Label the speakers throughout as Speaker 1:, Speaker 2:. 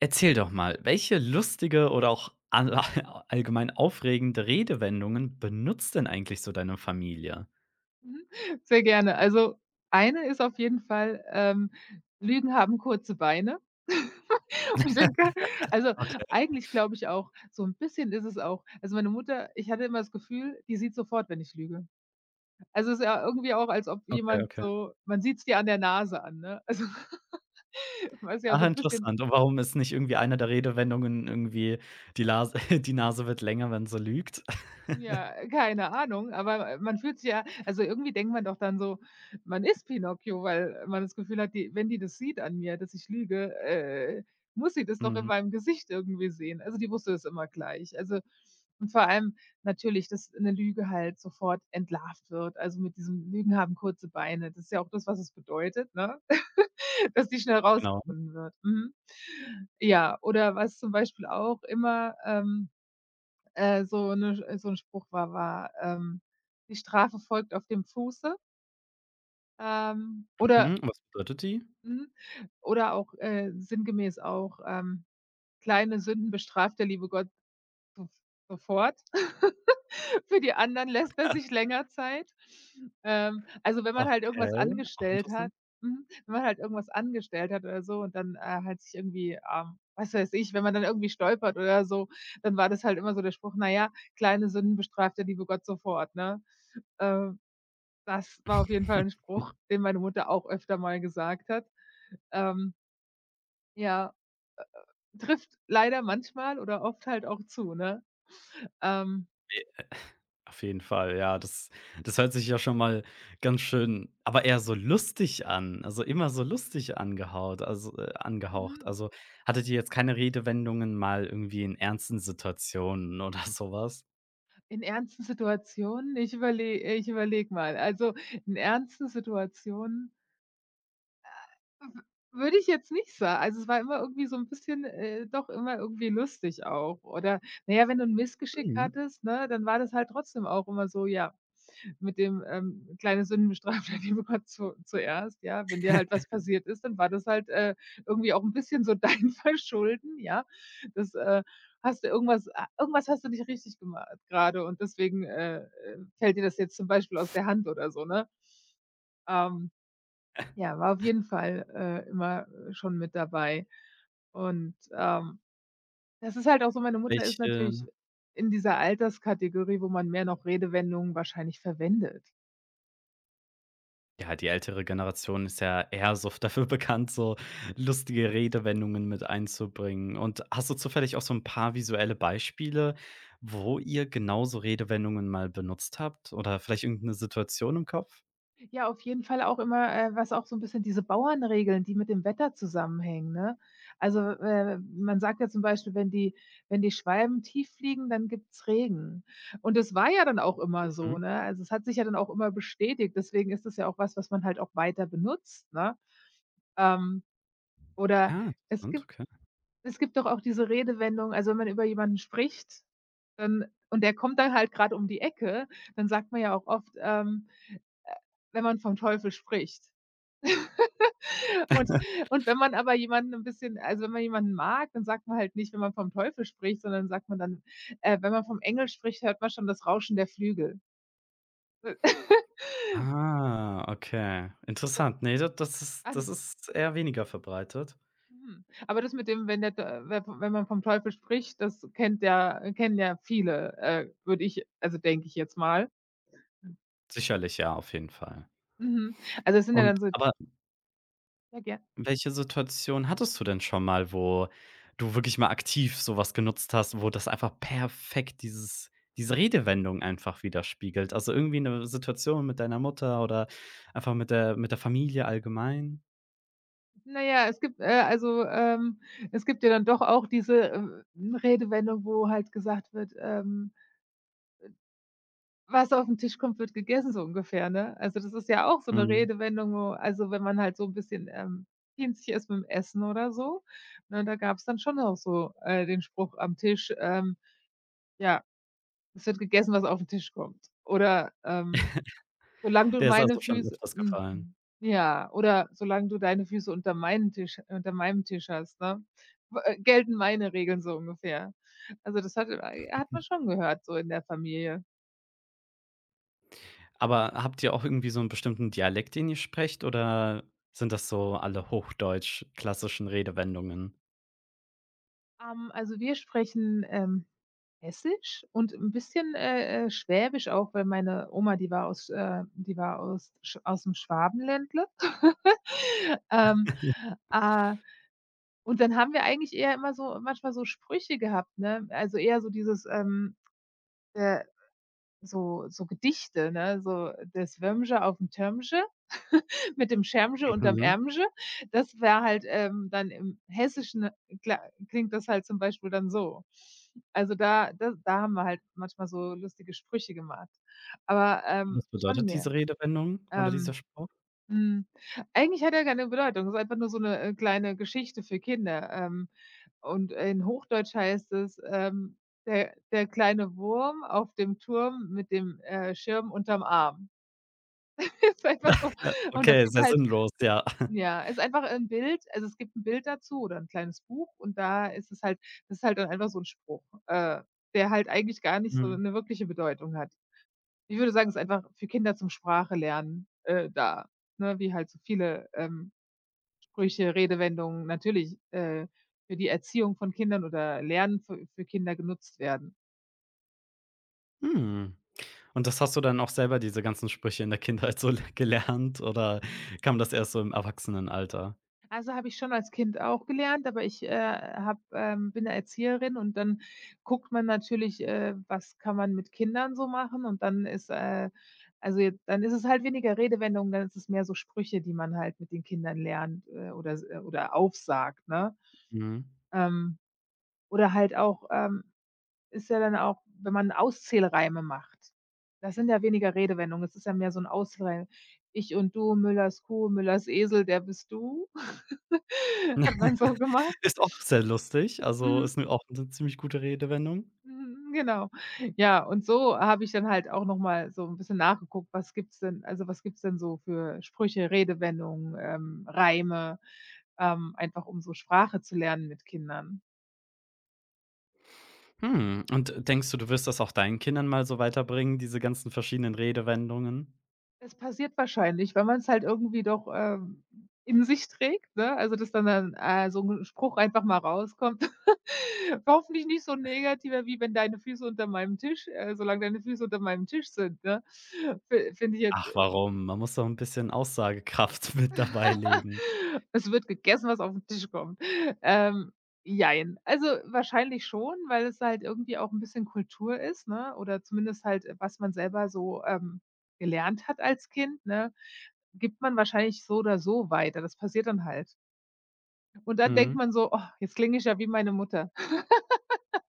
Speaker 1: Erzähl doch mal, welche lustige oder auch all allgemein aufregende Redewendungen benutzt denn eigentlich so deine Familie?
Speaker 2: Sehr gerne. Also, eine ist auf jeden Fall, Lügen haben kurze Beine. Ich denke, also,
Speaker 1: Okay,
Speaker 2: eigentlich glaube ich auch, so ein bisschen ist es auch, also, meine Mutter, ich hatte immer das Gefühl, die sieht sofort, wenn ich lüge. Also, es ist ja irgendwie auch, als ob
Speaker 1: okay,
Speaker 2: jemand,
Speaker 1: okay.
Speaker 2: so, man sieht's dir an der Nase an, ne? Also, was ja
Speaker 1: Ach,
Speaker 2: so ein bisschen.
Speaker 1: interessant. Und warum ist nicht irgendwie eine der Redewendungen irgendwie die Lase die Nase wird länger, wenn sie lügt?
Speaker 2: Ja, keine Ahnung, aber man fühlt sich ja, also, irgendwie denkt man doch dann so, man ist Pinocchio, weil man das Gefühl hat, die wenn die das sieht an mir, dass ich lüge, muss sie das doch in
Speaker 1: Mhm,
Speaker 2: meinem Gesicht irgendwie sehen. Also, die wusste es immer gleich. Also, und vor allem natürlich, dass eine Lüge halt sofort entlarvt wird. Also, mit diesem Lügen haben kurze Beine. Das ist ja auch das, was es bedeutet, ne? Dass die schnell
Speaker 1: genau.
Speaker 2: rausgefunden wird. Mhm. Ja, oder was zum Beispiel auch immer, so 'n Spruch war: „Die Strafe folgt auf dem Fuße.“ Oder
Speaker 1: Mhm, und was bedeutet die?
Speaker 2: mhm, oder auch, sinngemäß auch: „Kleine Sünden bestraft der liebe Gott so sofort. Für die anderen lässt er sich länger Zeit.“ Also, wenn man halt irgendwas
Speaker 1: Okay, auch
Speaker 2: angestellt
Speaker 1: interessant.
Speaker 2: hat, mhm, wenn man halt irgendwas angestellt hat oder so, und dann, halt sich irgendwie, was weiß ich, wenn man dann irgendwie stolpert oder so, dann war das halt immer so der Spruch: „Na ja, kleine Sünden bestraft der liebe Gott sofort“, ne? Ähm, Das war auf jeden Fall ein Spruch, den meine Mutter auch öfter mal gesagt hat. Ähm, ja, trifft leider manchmal oder oft halt auch zu, ne? Ähm,
Speaker 1: Auf jeden Fall, ja, das hört sich ja schon mal ganz schön, aber eher so lustig an, also immer so lustig angehaut also,
Speaker 2: mhm.
Speaker 1: angehaucht. Also, hattet ihr jetzt keine Redewendungen mal irgendwie in ernsten Situationen oder sowas?
Speaker 2: In ernsten Situationen? Ich überlege mal. Also, in ernsten Situationen w würde ich jetzt nicht sagen. Also, es war immer irgendwie so 'n bisschen, doch immer irgendwie lustig auch. Oder, na ja, wenn du 'n Missgeschick
Speaker 1: Mhm.
Speaker 2: hattest, ne, dann war das halt trotzdem auch immer so, ja, mit dem, kleine Sünden bestraft der liebe Gott zu zuerst, ja. Wenn dir halt was passiert ist, dann war das halt, irgendwie auch ein bisschen so dein Verschulden, ja. Das, hast du irgendwas, hast du nicht richtig gemacht gerade, und deswegen, fällt dir das jetzt zum Beispiel aus der Hand oder so, ne? Ähm, ja, war auf jeden Fall, immer, schon mit dabei. Und das ist halt auch so, meine Mutter ist natürlich
Speaker 1: Welche
Speaker 2: in dieser Alterskategorie, wo man mehr noch Redewendungen wahrscheinlich verwendet.
Speaker 1: Ja, die ältere Generation ist ja eher so dafür bekannt, so lustige Redewendungen mit einzubringen. Und hast du zufällig auch so ein paar visuelle Beispiele, wo ihr genauso Redewendungen mal benutzt habt oder vielleicht irgendeine Situation im Kopf?
Speaker 2: Ja, auf jeden Fall auch immer, was auch so ein bisschen diese Bauernregeln, die mit dem Wetter zusammenhängen, ne? Also, man sagt ja zum Beispiel, wenn die, Schwalben tief fliegen, dann gibt's Regen. Und das war ja dann auch immer
Speaker 1: Mhm.
Speaker 2: so, ne? Also, es hat sich ja dann auch immer bestätigt. Deswegen ist es ja auch was, was man halt auch weiter benutzt, ne? Ähm, oder,
Speaker 1: Ah,
Speaker 2: es
Speaker 1: interessant,
Speaker 2: gibt
Speaker 1: okay.
Speaker 2: es gibt doch auch diese Redewendung, also, wenn man über jemanden spricht, dann, und der kommt dann halt gerade um die Ecke, dann sagt man ja auch oft, äh, wenn man vom Teufel spricht. Und und wenn man aber jemanden ein bisschen, also, wenn man jemanden mag, dann sagt man halt nicht „wenn man vom Teufel spricht“, sondern sagt man dann, wenn man vom Engel spricht, hört man schon das Rauschen der Flügel.
Speaker 1: Ah, okay.
Speaker 2: Also.
Speaker 1: Interessant. Ne, da das ist
Speaker 2: Ah,
Speaker 1: das
Speaker 2: das.
Speaker 1: ist eher weniger verbreitet.
Speaker 2: Mhm. Aber das mit dem, wenn der Teu we wenn man vom Teufel spricht, das kennt ja kennen ja viele, würde ich, also denke ich jetzt mal.
Speaker 1: Sicherlich, ja, auf jeden Fall.
Speaker 2: Mhm. Also, es sind ja
Speaker 1: Und
Speaker 2: dann so.
Speaker 1: aber
Speaker 2: Ja, ger
Speaker 1: Welche Situation hattest du denn schon mal, wo du wirklich mal aktiv so was genutzt hast, wo das einfach perfekt diese Redewendung einfach widerspiegelt? Also, irgendwie eine Situation mit deiner Mutter oder einfach mit der Familie allgemein?
Speaker 2: na ja, es gibt ja dann doch auch diese, Redewendung, wo halt gesagt wird, was auf den Tisch kommt, wird gegessen, so ungefähr, ne? Also, das ist ja auch so 'ne
Speaker 1: Mhm.
Speaker 2: Redewendung, wo, also, wenn man halt so 'n bisschen, pinzig ist mit'm Essen oder so, ne, da gab's dann schon auch so, den Spruch am Tisch, ja: „Es wird gegessen, was auf 'n Tisch kommt.“ Oder: „Solange du
Speaker 1: Der ist
Speaker 2: meine
Speaker 1: also schon
Speaker 2: Füße“,
Speaker 1: öfters
Speaker 2: mhm,
Speaker 1: gefallen.
Speaker 2: ja, oder: „Solange du deine Füße unter meinem Tisch hast, ne, w gelten meine Regeln“, so ungefähr. Also, das hat, hat man schon gehört so in der Familie.
Speaker 1: Aber habt ihr auch irgendwie so einen bestimmten Dialekt, den ihr sprecht, oder sind das so alle hochdeutsch klassischen Redewendungen?
Speaker 2: Also, wir sprechen, Hessisch und ein bisschen, Schwäbisch auch, weil meine Oma, die war aus Sch aus dem Schwabenländle. Ähm, äh, und dann haben wir eigentlich eher immer so, manchmal, so Sprüche gehabt, ne? Also, eher so dieses, äh so Gedichte, ne, so, das Wömsche auf dem Tömsche mit dem Schärmsche unterm
Speaker 1: Mhm.
Speaker 2: Ärmsche. Das wäre halt, dann im Hessischen, kla klingt das halt zum Beispiel dann so. Also, da haben wir halt manchmal so lustige Sprüche gemacht. Aber,
Speaker 1: Was
Speaker 2: schon
Speaker 1: bedeutet diese
Speaker 2: mehr.
Speaker 1: Redewendung oder dieser
Speaker 2: Ähm
Speaker 1: Spruch?
Speaker 2: Mhm. Eigentlich hat er keine Bedeutung. Es ist einfach nur so 'ne, kleine Geschichte für Kinder, und in Hochdeutsch heißt es: „Der der kleine Wurm auf dem Turm mit dem, Schirm unterm Arm.“ Ist einfach so, und das
Speaker 1: Okay,
Speaker 2: gibt
Speaker 1: sehr
Speaker 2: halt,
Speaker 1: sinnlos, ja.
Speaker 2: ja, ist einfach ein Bild, also, es gibt 'n Bild dazu oder 'n kleines Buch, und da ist es halt, das ist halt dann einfach so 'n Spruch, der halt eigentlich gar nicht so
Speaker 1: Mhm.
Speaker 2: 'ne wirkliche Bedeutung hat. Ich würde sagen, ist einfach für Kinder zum Sprache lernen, da, ne, wie halt so viele, Sprüche, Redewendungen natürlich, für die Erziehung von Kindern oder Lernen für Kinder genutzt werden.
Speaker 1: Hm. Und das hast du dann auch selber diese ganzen Sprüche in der Kindheit so le gelernt, oder kam das erst so im Erwachsenenalter?
Speaker 2: Also, habe ich schon als Kind auch gelernt, aber ich, habe bin ja Erzieherin, und dann guckt man natürlich, was kann man mit Kindern so machen, und dann ist es halt weniger Redewendungen, dann ist es mehr so Sprüche, die man halt mit den Kindern lernt, oder aufsagt, ne?
Speaker 1: Mhm.
Speaker 2: Ähm, oder halt auch, ist ja dann auch, wenn man Auszählreime macht. Das sind ja weniger Redewendungen, es ist ja mehr so 'n Auszählreim. Ich und du, Müllers Kuh, Müllers Esel, der bist du. Hat man so gemacht.
Speaker 1: Ist auch sehr lustig, also
Speaker 2: Mhm,
Speaker 1: ist auch eine ziemlich gute Redewendung.
Speaker 2: mhm, genau. Ja, und so habe ich dann halt auch noch mal so 'n bisschen nachgeguckt, was gibt's denn, so für Sprüche, Redewendungen, Reime, einfach um so Sprache zu lernen mit Kindern.
Speaker 1: Hm, und denkst du, du wirst das auch deinen Kindern mal so weiterbringen, diese ganzen verschiedenen Redewendungen?
Speaker 2: Es passiert wahrscheinlich, weil man's halt irgendwie doch, in sich trägt, ne? Also, dass dann so 'n Spruch einfach mal rauskommt. Hoffentlich nicht so 'n negativer wie: „Wenn deine Füße unter meinem Tisch solange deine Füße unter meinem Tisch sind“, ne? Fi Finde ich jetzt.
Speaker 1: Ach, warum? Man muss doch ein bisschen Aussagekraft mit dabei legen.
Speaker 2: Es wird gegessen, was auf den Tisch kommt. Ähm, Jein. Also, wahrscheinlich schon, weil es halt irgendwie auch 'n bisschen Kultur ist, ne, oder zumindest halt, was man selber so, gelernt hat als Kind, ne, gibt man wahrscheinlich so oder so weiter. Das passiert dann halt. Und dann denkt
Speaker 1: Mhm.
Speaker 2: man so: „Oh, jetzt klinge ich ja wie meine Mutter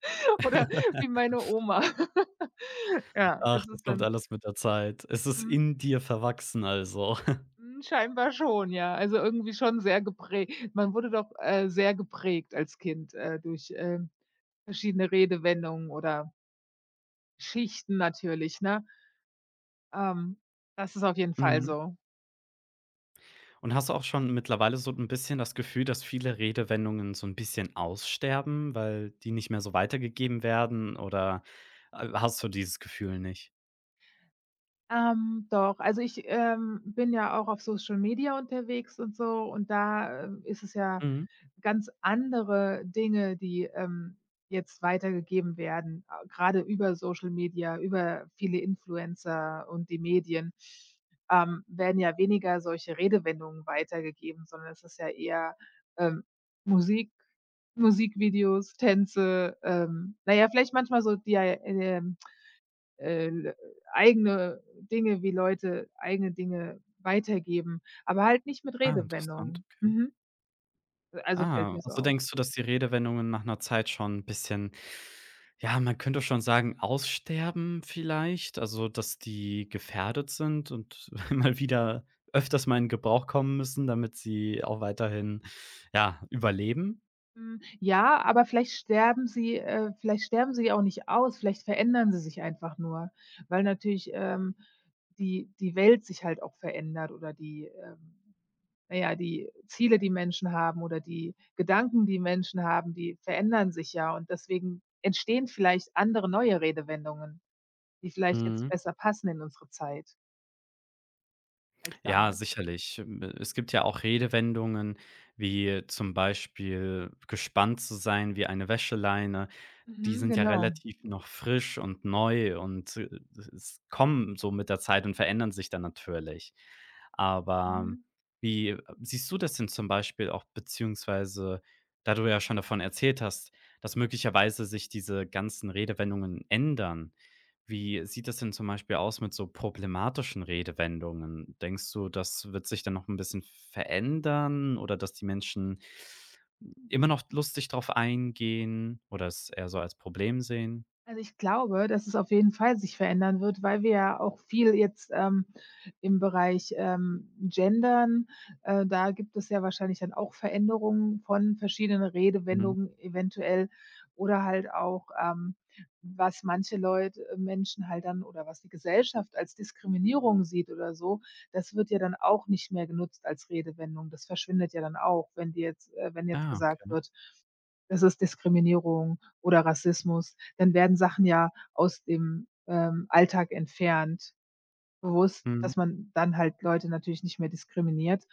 Speaker 2: oder wie meine Oma.“ Ja,
Speaker 1: Ach,
Speaker 2: das
Speaker 1: das
Speaker 2: ist
Speaker 1: kommt
Speaker 2: dann.
Speaker 1: alles mit der Zeit. Es ist
Speaker 2: Mhm.
Speaker 1: in dir verwachsen also.
Speaker 2: Hm, scheinbar schon, ja. Also, irgendwie schon sehr geprägt, man wurde doch, sehr geprägt als Kind, durch, verschiedene Redewendungen oder Schichten natürlich, ne? Ähm, Das ist auf jeden Fall
Speaker 1: Mhm.
Speaker 2: so.
Speaker 1: Und hast du auch schon mittlerweile so ein bisschen das Gefühl, dass viele Redewendungen so ein bisschen aussterben, weil die nicht mehr so weitergegeben werden, oder hast du dieses Gefühl nicht?
Speaker 2: Doch, also ich, bin ja auch auf Social Media unterwegs und so, und da, ist es ja.
Speaker 1: Mhm.
Speaker 2: Ganz andere Dinge, die, jetzt weitergegeben werden, a grade über Social Media, über viele Influencer und die Medien, werden ja weniger solche Redewendungen weitergegeben, sondern es ist ja eher, ähm, Musik, Musikvideos, Tänze, na ja, vielleicht manchmal so die ei äh, eigene Dinge, wie Leute eigene Dinge weitergeben, aber halt nicht mit
Speaker 1: Ah, interessant,
Speaker 2: Redewendungen.
Speaker 1: okay.
Speaker 2: Mhm. Also, fällt
Speaker 1: Ah,
Speaker 2: mir so
Speaker 1: also
Speaker 2: auf.
Speaker 1: denkst du, dass die Redewendungen nach einer Zeit schon ein bisschen, ja, man könnte schon sagen, aussterben vielleicht? Also, dass die gefährdet sind und mal wieder öfters mal in Gebrauch kommen müssen, damit sie auch weiterhin, ja, überleben?
Speaker 2: Hm, ja, aber vielleicht sterben sie auch nicht aus, vielleicht verändern sie sich einfach nur, weil natürlich, die die Welt sich halt auch verändert, oder na ja, die Ziele, die Menschen haben, oder die Gedanken, die Menschen haben, die verändern sich ja, und deswegen entstehen vielleicht andere neue Redewendungen, die vielleicht jetzt
Speaker 1: Mhm.
Speaker 2: besser passen in unsere Zeit als
Speaker 1: Ja,
Speaker 2: damals.
Speaker 1: sicherlich. Es gibt ja auch Redewendungen, wie zum Beispiel gespannt zu sein wie eine Wäscheleine. Die
Speaker 2: Mhm,
Speaker 1: sind ja
Speaker 2: genau.
Speaker 1: relativ noch frisch und neu, und es kommen so mit der Zeit und verändern sich dann natürlich. Aber
Speaker 2: Mhm.
Speaker 1: wie siehst du das denn zum Beispiel auch, beziehungsweise da du ja schon davon erzählt hast, dass möglicherweise sich diese ganzen Redewendungen ändern, wie sieht das denn zum Beispiel aus mit so problematischen Redewendungen? Denkst du, das wird sich dann noch ein bisschen verändern, oder dass die Menschen immer noch lustig drauf eingehen oder es eher so als Problem sehen?
Speaker 2: Also, ich glaube, dass es auf jeden Fall sich verändern wird, weil wir ja auch viel jetzt, im Bereich, Gendern, da gibt es ja wahrscheinlich dann auch Veränderungen von verschiedenen
Speaker 1: Mhm.
Speaker 2: Redewendungen, eventuell, oder halt auch, was manche Leute Menschen halt dann, oder was die Gesellschaft als Diskriminierung sieht oder so, das wird ja dann auch nicht mehr genutzt als Redewendung. Das verschwindet ja dann auch, wenn jetzt
Speaker 1: Ah,
Speaker 2: gesagt
Speaker 1: okay.
Speaker 2: wird, das ist Diskriminierung oder Rassismus, dann werden Sachen ja aus dem, Alltag entfernt, bewusst, dass
Speaker 1: Mhm.
Speaker 2: man dann halt Leute natürlich nicht mehr diskriminiert.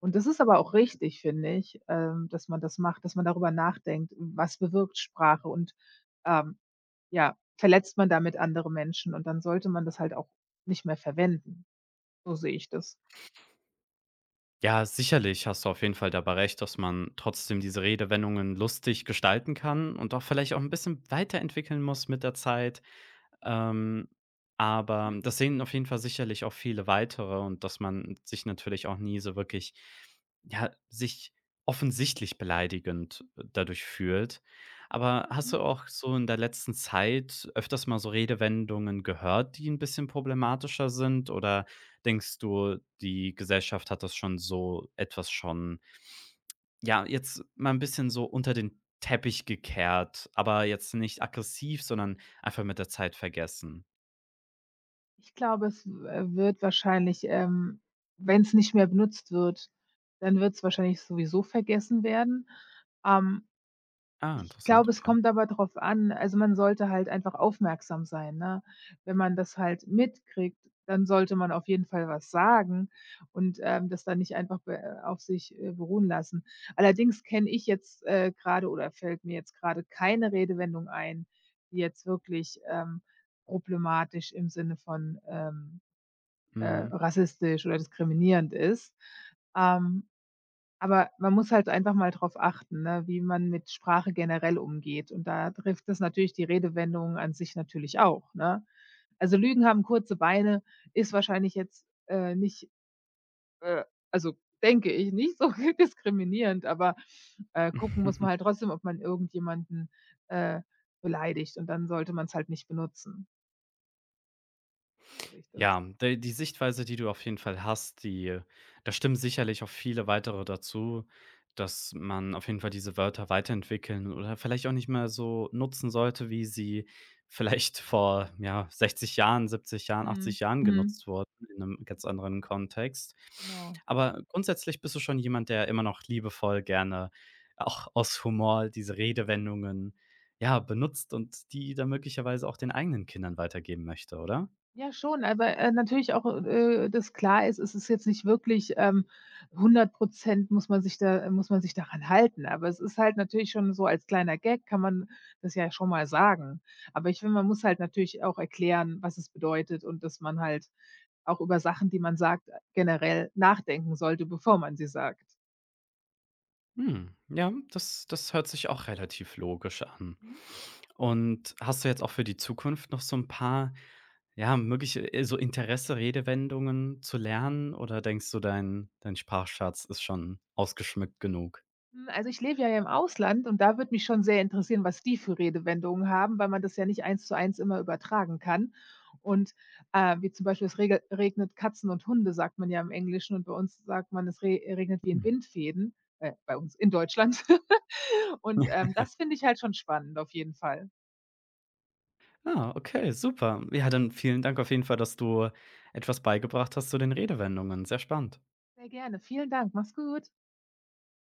Speaker 2: Und das ist aber auch richtig, finde ich, dass man das macht, dass man darüber nachdenkt, was bewirkt Sprache, und, ähm, ja, verletzt man damit andere Menschen, und dann sollte man das halt auch nicht mehr verwenden. So sehe ich das.
Speaker 1: Ja, sicherlich hast du auf jeden Fall dabei recht, dass man trotzdem diese Redewendungen lustig gestalten kann und auch vielleicht auch ein bisschen weiterentwickeln muss mit der Zeit. Ähm, aber
Speaker 2: Mhm,
Speaker 1: das sehen auf jeden Fall sicherlich auch viele weitere, und dass man sich natürlich auch nie so wirklich, ja, sich offensichtlich beleidigend dadurch fühlt. Aber hast
Speaker 2: mhm.
Speaker 1: du auch so in der letzten Zeit öfters mal so Redewendungen gehört, die ein bisschen problematischer sind? Oder denkst du, die Gesellschaft hat das schon, so etwas schon, ja, jetzt mal ein bisschen so unter den Teppich gekehrt, aber jetzt nicht aggressiv, sondern einfach mit der Zeit vergessen?
Speaker 2: Ich glaube, es wird wahrscheinlich, wenn es nicht mehr benutzt wird, dann wird es wahrscheinlich sowieso vergessen werden. Ähm
Speaker 1: Ah,
Speaker 2: Ich
Speaker 1: interessant,
Speaker 2: glaube, es
Speaker 1: okay.
Speaker 2: kommt aber drauf an. Also, man sollte halt einfach aufmerksam sein, ne? Wenn man das halt mitkriegt, dann sollte man auf jeden Fall was sagen und, das dann nicht einfach be auf sich, beruhen lassen. Allerdings kenne ich jetzt, grade, oder fällt mir jetzt gerade keine Redewendung ein, die jetzt wirklich, problematisch im Sinne von,
Speaker 1: Mhm.
Speaker 2: rassistisch oder diskriminierend ist. Ähm, aber man muss halt einfach mal drauf achten, ne, wie man mit Sprache generell umgeht. Und da trifft es natürlich die Redewendungen an sich natürlich auch, ne? Also, Lügen haben kurze Beine ist wahrscheinlich jetzt, nicht, äh also, denke ich, nicht so diskriminierend, aber, gucken muss man halt trotzdem, ob man irgendjemanden, äh, beleidigt, und dann sollte man es halt nicht benutzen. So sehe ich das.
Speaker 1: Ja, de die Sichtweise, die du auf jeden Fall hast, die da stimmen sicherlich auch viele weitere dazu, dass man auf jeden Fall diese Wörter weiterentwickeln oder vielleicht auch nicht mehr so nutzen sollte, wie sie vielleicht vor, ja, 60 Jahren, 70 Jahren,
Speaker 2: Mhm.
Speaker 1: 80 Jahren
Speaker 2: Mhm.
Speaker 1: genutzt wurden in einem ganz anderen Kontext.
Speaker 2: Genau.
Speaker 1: Aber grundsätzlich bist du schon jemand, der immer noch liebevoll gerne auch aus Humor diese Redewendungen, ja, benutzt und die dann möglicherweise auch den eigenen Kindern weitergeben möchte, oder?
Speaker 2: Ja, schon, aber, natürlich auch, dass klar ist, es ist jetzt nicht wirklich, 100% muss man sich daran halten. Aber es ist halt natürlich schon so, als kleiner Gag kann man das ja schon mal sagen. Aber ich finde, man muss halt natürlich auch erklären, was es bedeutet, und dass man halt auch über Sachen, die man sagt, generell nachdenken sollte, bevor man sie sagt.
Speaker 1: Hm, ja, das hört sich auch relativ logisch an.
Speaker 2: Mhm.
Speaker 1: Und hast du jetzt auch für die Zukunft noch so ein paar, ja, mögliche, so Interesse-Redewendungen zu lernen, oder denkst du, dein Sprachschatz ist schon ausgeschmückt genug?
Speaker 2: Hm, also, ich lebe ja im Ausland, und da würde mich schon sehr interessieren, was die für Redewendungen haben, weil man das ja nicht eins zu eins immer übertragen kann. Und, wie zum Beispiel: „Es rege regnet Katzen und Hunde“, sagt man ja im Englischen, und bei uns sagt man: „Es re regnet wie in
Speaker 1: Hm.
Speaker 2: Bindfäden“, bei uns in Deutschland. Und, das finde ich halt schon spannend auf jeden Fall.
Speaker 1: Ah, okay, super. Ja, dann vielen Dank auf jeden Fall, dass du etwas beigebracht hast zu den Redewendungen. Sehr spannend.
Speaker 2: Sehr gerne. Vielen Dank. Mach's gut.